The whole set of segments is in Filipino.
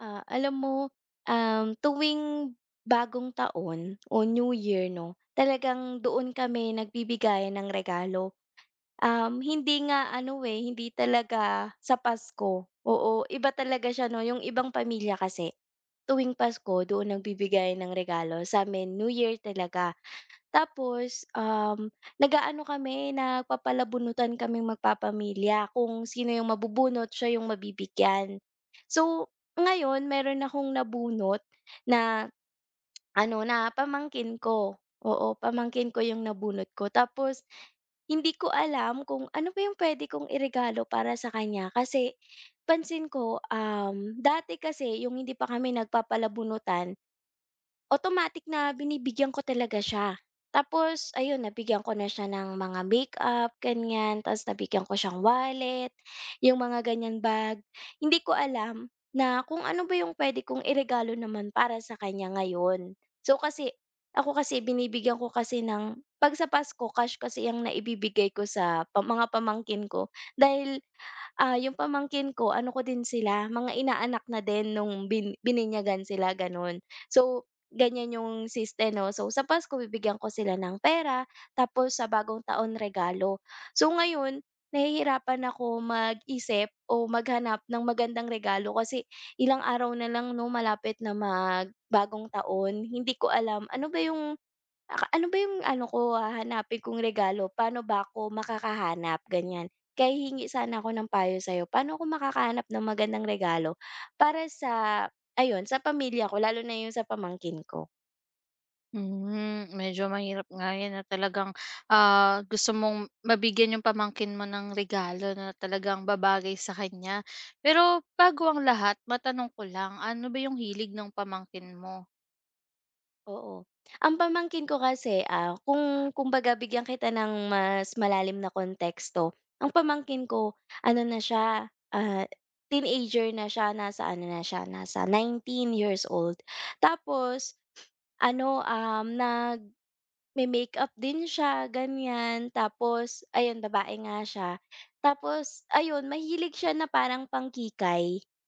Ah, alam mo, tuwing bagong taon o New Year 'no, talagang doon kami nagbibigayan ng regalo. Hindi nga ano, eh, hindi talaga sa Pasko, oo, iba talaga siya 'no, yung ibang pamilya kasi tuwing Pasko doon nagbibigayan ng regalo, sa'min New Year talaga. Tapos, nag-aano kami, nagpapalabunutan kaming magpapamilya kung sino yung mabubunot siya yung mabibigyan. So, ngayon meron akong nabunot na ano, na pamangkin ko. Oo, pamangkin ko yung nabunot ko. Tapos hindi ko alam kung ano ba yung puwede kong iregalo para sa kanya kasi pansin ko, dati kasi yung hindi pa kami nagpapalabunutan. Automatic na binibigyan ko talaga siya. Tapos ayun, nabigyan ko na siya ng mga makeup, ganyan, tapos nabigyan ko siyang wallet, yung mga ganyan bag. Hindi ko alam na kung ano ba yung puwede kong iregalo naman para sa kanya ngayon. So kasi ako kasi binibigyan ko kasi ng 'pag sa Pasko cash kasi yung naibibigay ko sa pa mga pamangkin ko dahil ah, yung pamangkin ko ano ko din sila, mga inaanak na din nung bininyagan sila gano'n. So, ganyan yung siste 'no. So, sa Pasko bibigyan ko sila ng pera, tapos sa Bagong Taon regalo. So, ngayon nahihirapan ako mag-isip o maghanap ng magandang regalo kasi ilang araw na lang 'no, malapit na mag Bagong Taon. Hindi ko alam ano ba yung aka ano ba yung ano ko, ah, hahanapin kong regalo, paano ba ako makakahanap, ganyan. Kaya hingi sana ako ng payo sa'yo, paano ako makakahanap ng magandang regalo para sa ayun, sa pamilya ko lalo na yung sa pamangkin ko? Hmm, medyo mahirap nga 'yan na talagang, gusto mong mabigyan yung pamangkin mo ng regalo na talagang babagay sa kanya. Pero bago ang lahat, matanong ko lang, ano ba yung hilig ng pamangkin mo? Oo. Ang pamangkin ko kasi, ah, kung kumbaga bigyan kita ng mas malalim na konteksto, ang pamangkin ko ano na siya, ah, teenager na siya, nasa ano na siya, nasa 19 years old. Tapos ano, nag, may makeup din siya, ganyan. Tapos ayun, babae nga siya. Tapos ayun, mahilig siya na parang pangkikay.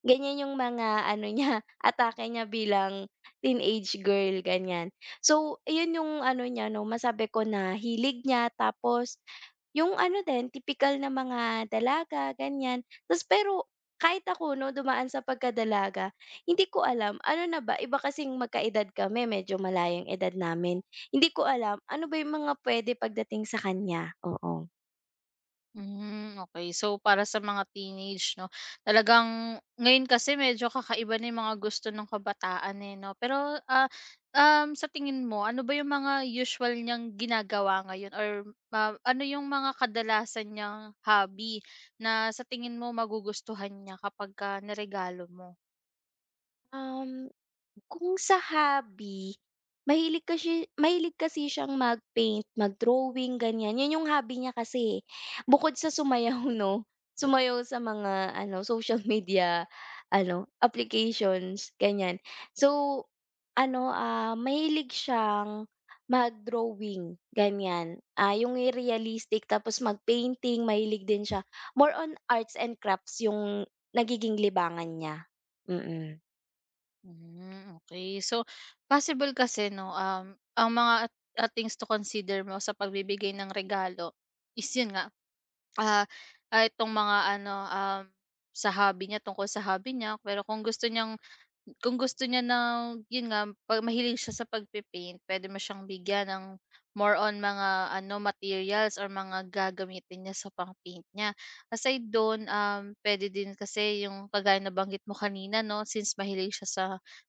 Ganyan yung mga ano niya, atake niya bilang teenage girl, ganyan. So, ayun yung ano niya 'no, masabi ko na hilig niya tapos yung ano din, typical na mga dalaga, ganyan. Ta's pero kahit ako 'no, dumaan sa pagkadalaga, hindi ko alam ano na ba, iba kasing magkaedad kami, medyo malayang edad namin. Hindi ko alam, ano ba yung mga puwede pagdating sa kanya, oo. Hmm, okay. So, para sa mga teenage 'no, talagang ngayon kasi medyo kakaiba na yung mga gusto ng kabataan, eh, 'no? Pero, sa tingin mo ano ba yung mga usual niyang ginagawa ngayon or ma ano yung mga kadalasan niyang hobby na sa tingin mo magugustuhan niya kapagka niregalo mo? Um. Kung sa hobby, mahilig kasi siyang mag-paint, mag-drawing, ganyan. 'Yun yung hobby niya kasi, eh. Bukod sa sumayaw 'no, sumayaw sa mga ano, social media ano, applications, ganyan. So, ano, ah, mahilig siyang mag-drawing, ganyan. Ah, yung realistic tapos mag-painting, mahilig din siya. More on arts and crafts yung nagiging libangan niya, mm mm. Hmm, okay. So, possible kasi 'no, ang mga things to consider mo sa pagbibigay ng regalo is yun nga, ah, itong mga ano, sa hobby niya, tungkol sa hobby niya. Pero kung gusto niya na yun nga, 'pag mahilig siya sa pagpipaint, puwede mo siyang bigyan ng more on mga ano, materials or mga gagamitin niya sa pang-paint niya. Aside do'n, pwede din kasi yung kagaya na banggit mo kanina 'no, since mahilig siya sa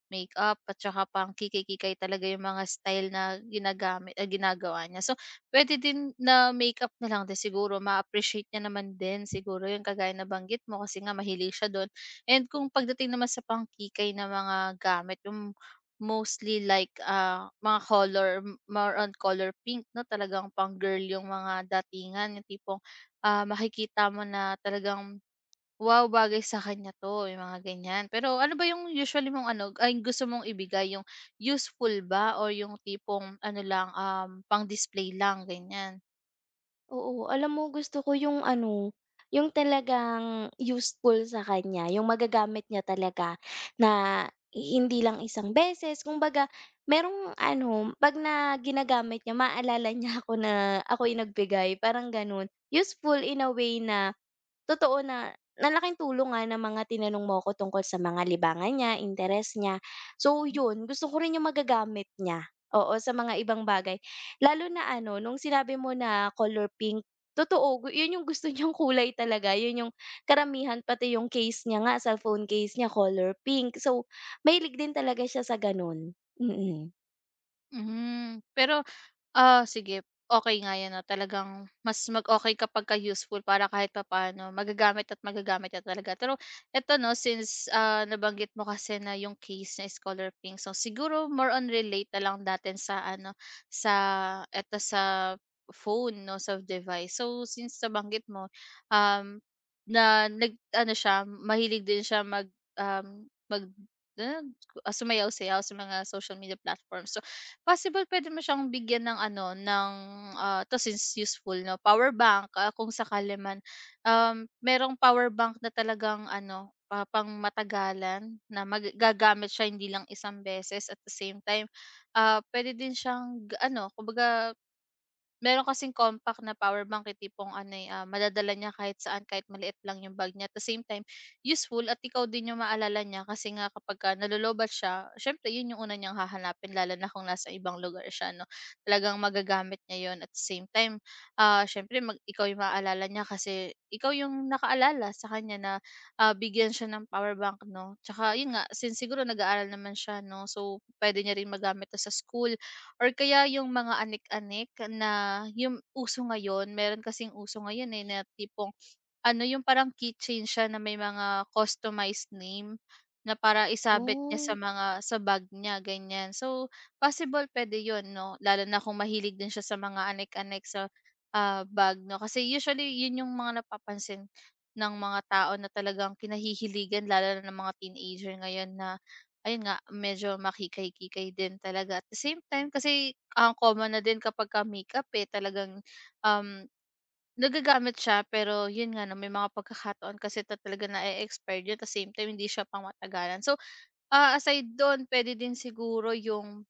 makeup at saka pang kikay-kikay talaga yung mga style na ginagawa niya. So, pwede din na makeup na lang din siguro ma-appreciate niya naman din siguro yung kagaya na banggit mo kasi nga mahilig siya dun. And kung pagdating naman sa pangkikay na mga gamit, yung mostly like, ah, mga color, more on color pink 'no, talagang pang-girl yung mga datingan, yung tipong ah, makikita mo na talagang, wow, bagay sa kanya 'to, yung mga ganyan. Pero ano ba yung usually mong ano, ay gusto mong ibigay, yung useful ba o yung tipong ano lang, pang-display lang, ganyan? Oo, alam mo gusto ko yung ano, yung talagang useful sa kanya, yung magagamit niya talaga na hindi lang isang beses. Kumbaga, merong ano, 'pag na ginagamit niya, maalala niya ako na ako'y nagbigay, parang gano'n. Useful in a way na totoo na ang laking tulong nga ng mga tinanong mo ako tungkol sa mga libangan niya, interes niya. So yun, gusto ko rin yung magagamit niya, oo, sa mga ibang bagay. Lalo na ano, nung sinabi mo na color pink, totoo, yun yung gusto niyang kulay talaga. Yun yung karamihan, pati yung case niya nga, cellphone case niya, color pink. So, mahilig din talaga siya sa ganun. Mm. Mhm. Pero ah, sige, okay nga 'yan 'no, talagang mas mag okay kapag kapagka useful para kahit papaano magagamit at magagamit niya talaga. Pero eto 'no, since, ah, nabanggit mo kasi na yung case na scholar pink, so siguro more on relate na lang natin sa ano, sa eto sa phone 'no, sa device. So since nabanggit mo, um, na nag-ano siya, mahilig din siya mag, um, mag sumayaw-sayaw sa mga social media platforms. So possible pwede mo siyang bigyan ng ano, ng, ah, 'to since useful 'no, power bank, ah, kung sakali man. Merong power bank na talagang ano, ah, pangmatagalan na mag gagamit siya hindi lang isang beses at the same time, ah, puwede din siyang ga ano, kumbaga meron kasing compact na power bank, eh, tipong ano, eh, ah, madadala niya kahit saan, kahit maliit lang yung bag niya. At the same time, useful at ikaw din yung maalala niya kasi nga kapagka nalolobat siya, siyempre yun yung una niyang hahanapin lalo na kung nasa ibang lugar siya 'no. Talagang magagamit niya yun at the same time, ah, siyempre mag ikaw yung maaalala niya kasi ikaw yung nakaalala sa kanya na, ah, bigyan siya ng power bank 'no. Tsaka yun nga, since siguro nag-aaral naman siya 'no, so pwede niya rin magamit 'to sa school or kaya yung mga anik-anik na yung uso ngayon, meron kasing uso ngayon, eh, na tipong ano yung parang keychain siya na may mga customized name, na para isabit niya sa mga sa bag niya ganyan. So, possible puwede yun 'no, lalo na kung mahilig din siya sa mga anek-anek sa, ah, bag 'no. Kasi usually yun yung mga napapansin ng mga tao na talagang kinahihiligan lalo na ng mga teenager ngayon na ayun nga, medyo makikay-kikay din talaga. At the same time kasi, ang common na din kapagka makeup, eh, talagang Um, nagagamit siya pero yun nga 'no, may mga pagkakataon kasi ta talaga na-e-expired at tas same time hindi siya pangmatagalan. So, ah, aside dun puwede din siguro yung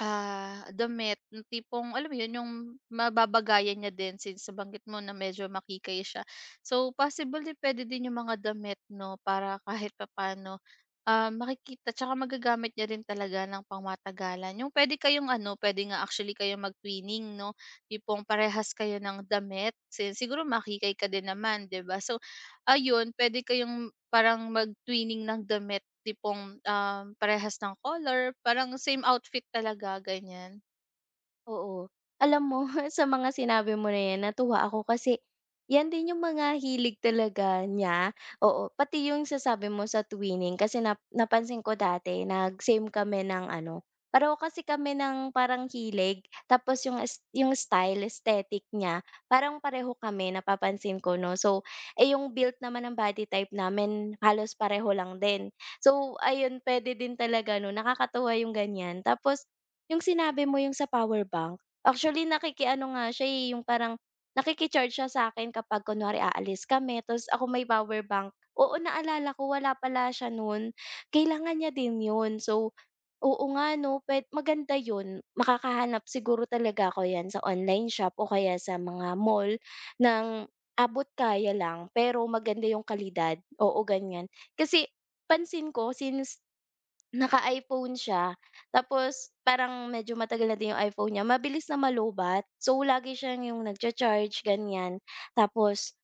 ah, damit yung tipong alam mo yun, yung mababagayan niya din since nabanggit mo na medyo makikay siya. So, possibly puwede din yung mga damit 'no, para kahit papaano, ah, makikita tsaka magagamit niya rin talaga ng pangmatagalan. Yung puwede kayong ano, puwede nga actually kayong mag-twinning 'no, tipong parehas kayo ng damit si siguro makikay ka din naman 'di ba? So, ayun puwede kayong parang mag-twinning ng damit tipong, parehas ng color, parang same outfit talaga, ganyan. Oo. Alam mo sa mga sinabi mo na 'yan natuwa ako kasi 'yan din yung mga hilig talaga niya, oo. Pati yung sasabi mo sa twinning kasi napansin ko dati nag-same kami ng ano, pareho kasi kami ng parang hilig tapos yung es yung style, aesthetic niya parang pareho kami napapansin ko 'no. So, eh, yung build naman ng body type namin halos pareho lang din. So, ayun puwede din talaga 'no, nakakatuwa yung ganiyan. Tapos yung sinabi mo yung sa power bank, actually nakikiano nga siya, eh, yung parang nakiki-charge siya sa'kin kapag kunwari aalis kami tapos ako may power bank. Oo, naalala ko wala pala siya nun, kailangan niya din yun. So, oo nga 'no, maganda yun, makakahanap siguro talaga ako 'yan sa online shop o kaya sa mga mall ng abot kaya lang pero maganda yung kalidad, oo, ganyan. Kasi pansin ko since naka-iPhone siya, tapos parang medyo matagal na din yung iPhone niya, mabilis na malubat. So, lagi siyang yung nagcha-charge ganyan. Tapos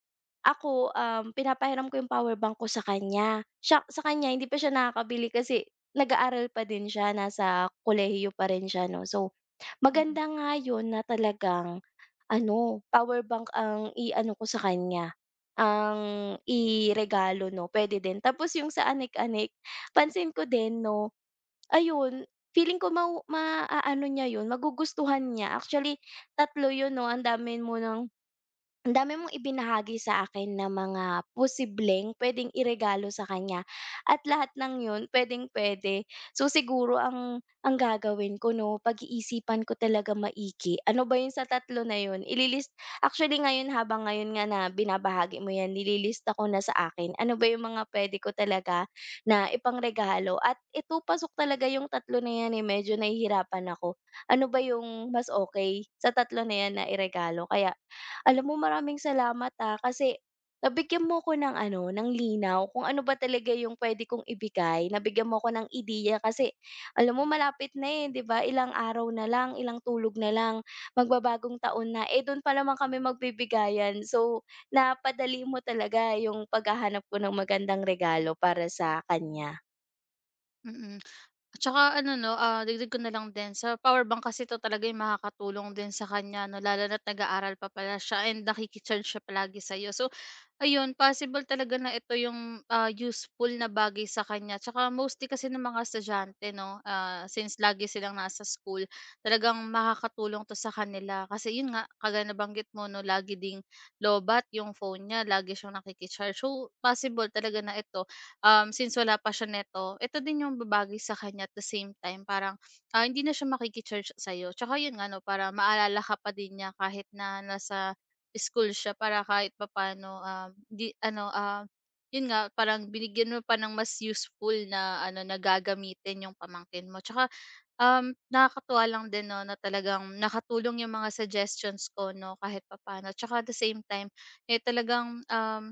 ako, pinapahiram ko yung power bank ko sa kanya. Sa kanya hindi pa siya nakakabili kasi nag-aaral pa din siya, nasa kolehiyo pa rin siya 'no. So, Mm. maganda nga yun na talagang ano, power bank ang i-ano ko sa kanya, ang iregalo 'no, puwede din. Tapos yung sa anik-anik pansin ko din 'no, ayun, feeling ko maaano niya 'yun, magugustuhan niya. Actually, tatlo 'yun 'no, ang dami mong ibinahagi sa akin na mga posibleng puwedeng iregalo sa kanya at lahat ng 'yun puwedeng-puwede. So, siguro ang gagawin ko 'no, pag-iisipan ko talaga maiki, ano ba 'yun sa tatlo na 'yun, ililist actually ngayon habang ngayon nga na binabahagi mo 'yan, nililista ko na sa akin, ano ba 'yung mga puwede ko talaga na ipangregalo at ito pasok talaga 'yung tatlo na 'yan, eh, medyo nahihirapan ako. Ano ba 'yung mas okay sa tatlo na 'yan na iregalo kaya alam mo maraming salamat, ah, kasi nabigyan mo ko ng ano, ng linaw kung ano ba talaga yung puwede kong ibigay. Nabigyan mo ko ng ideya kasi alam mo malapit na, eh, 'di ba? Ilang araw na lang, ilang tulog na lang, magbabagong taon na, eh, do'n pa naman kami magbibigayan. So, napadali mo talaga yung paghahanap ko ng magandang regalo para sa kanya. Mm. At saka ano 'no, ah, dagdag ko na lang din sa power bank kasi 'to talaga yung makakatulong din sa kanya 'no, lalo na't nag-aaral pa pala siya and nakiki siya palagi sa'yo. So, ayun possible talaga na ito yung, ah, useful na bagay sa kanya. Tsaka mostly kasi ng mga estudyante 'no, ah, since lagi silang nasa school, talagang makakatulong 'to sa kanila. Kasi yun nga, kagaya nabanggit mo 'no, lagi ding lobat yung phone niya, lagi siyang nakiki so, possible talaga na ito since wala pa siya neto, ito din yung babagay sa kanya at the same time parang, ah, hindi na siya makiki-charge sa'yo. Tsaka yun nga 'no, para maalala ka pa din niya kahit na nasa school siya para kahit papaano, di ano, ah, yun nga parang binigyan mo pa ng mas useful na ano, na gagamitin yung pamangkin mo. Tsaka nakakatuwa lang din 'no na talagang nakatulong yung mga suggestions ko 'no kahit papaano. Tsaka at the same time, eh, talagang,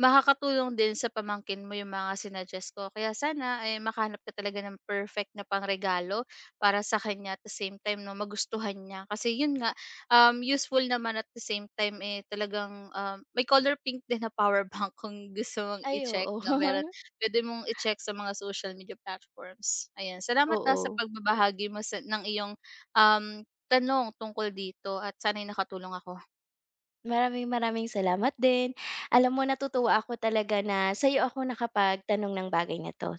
makakatulong din sa pamangkin mo yung mga sinuggest ko. Kaya sana, eh, makahanap ka talaga ng perfect na pangregalo para sa kanya at the same time 'no magustuhan niya. Kasi yun nga, useful naman at the same time, eh, talagang, may color pink din na power bank kung gusto mong Ay, i-check oo. 'no, meron puwede mong i-check sa mga social media platforms. Ayan, salamat, ah, sa Oo. pagbabahagi mo sa ng iyong, um, tanong tungkol dito at sana'y nakatulong ako. Maraming maraming salamat din. Alam mo natutuwa ako talaga na sa'yo ako nakapagtanong ng bagay na 'to.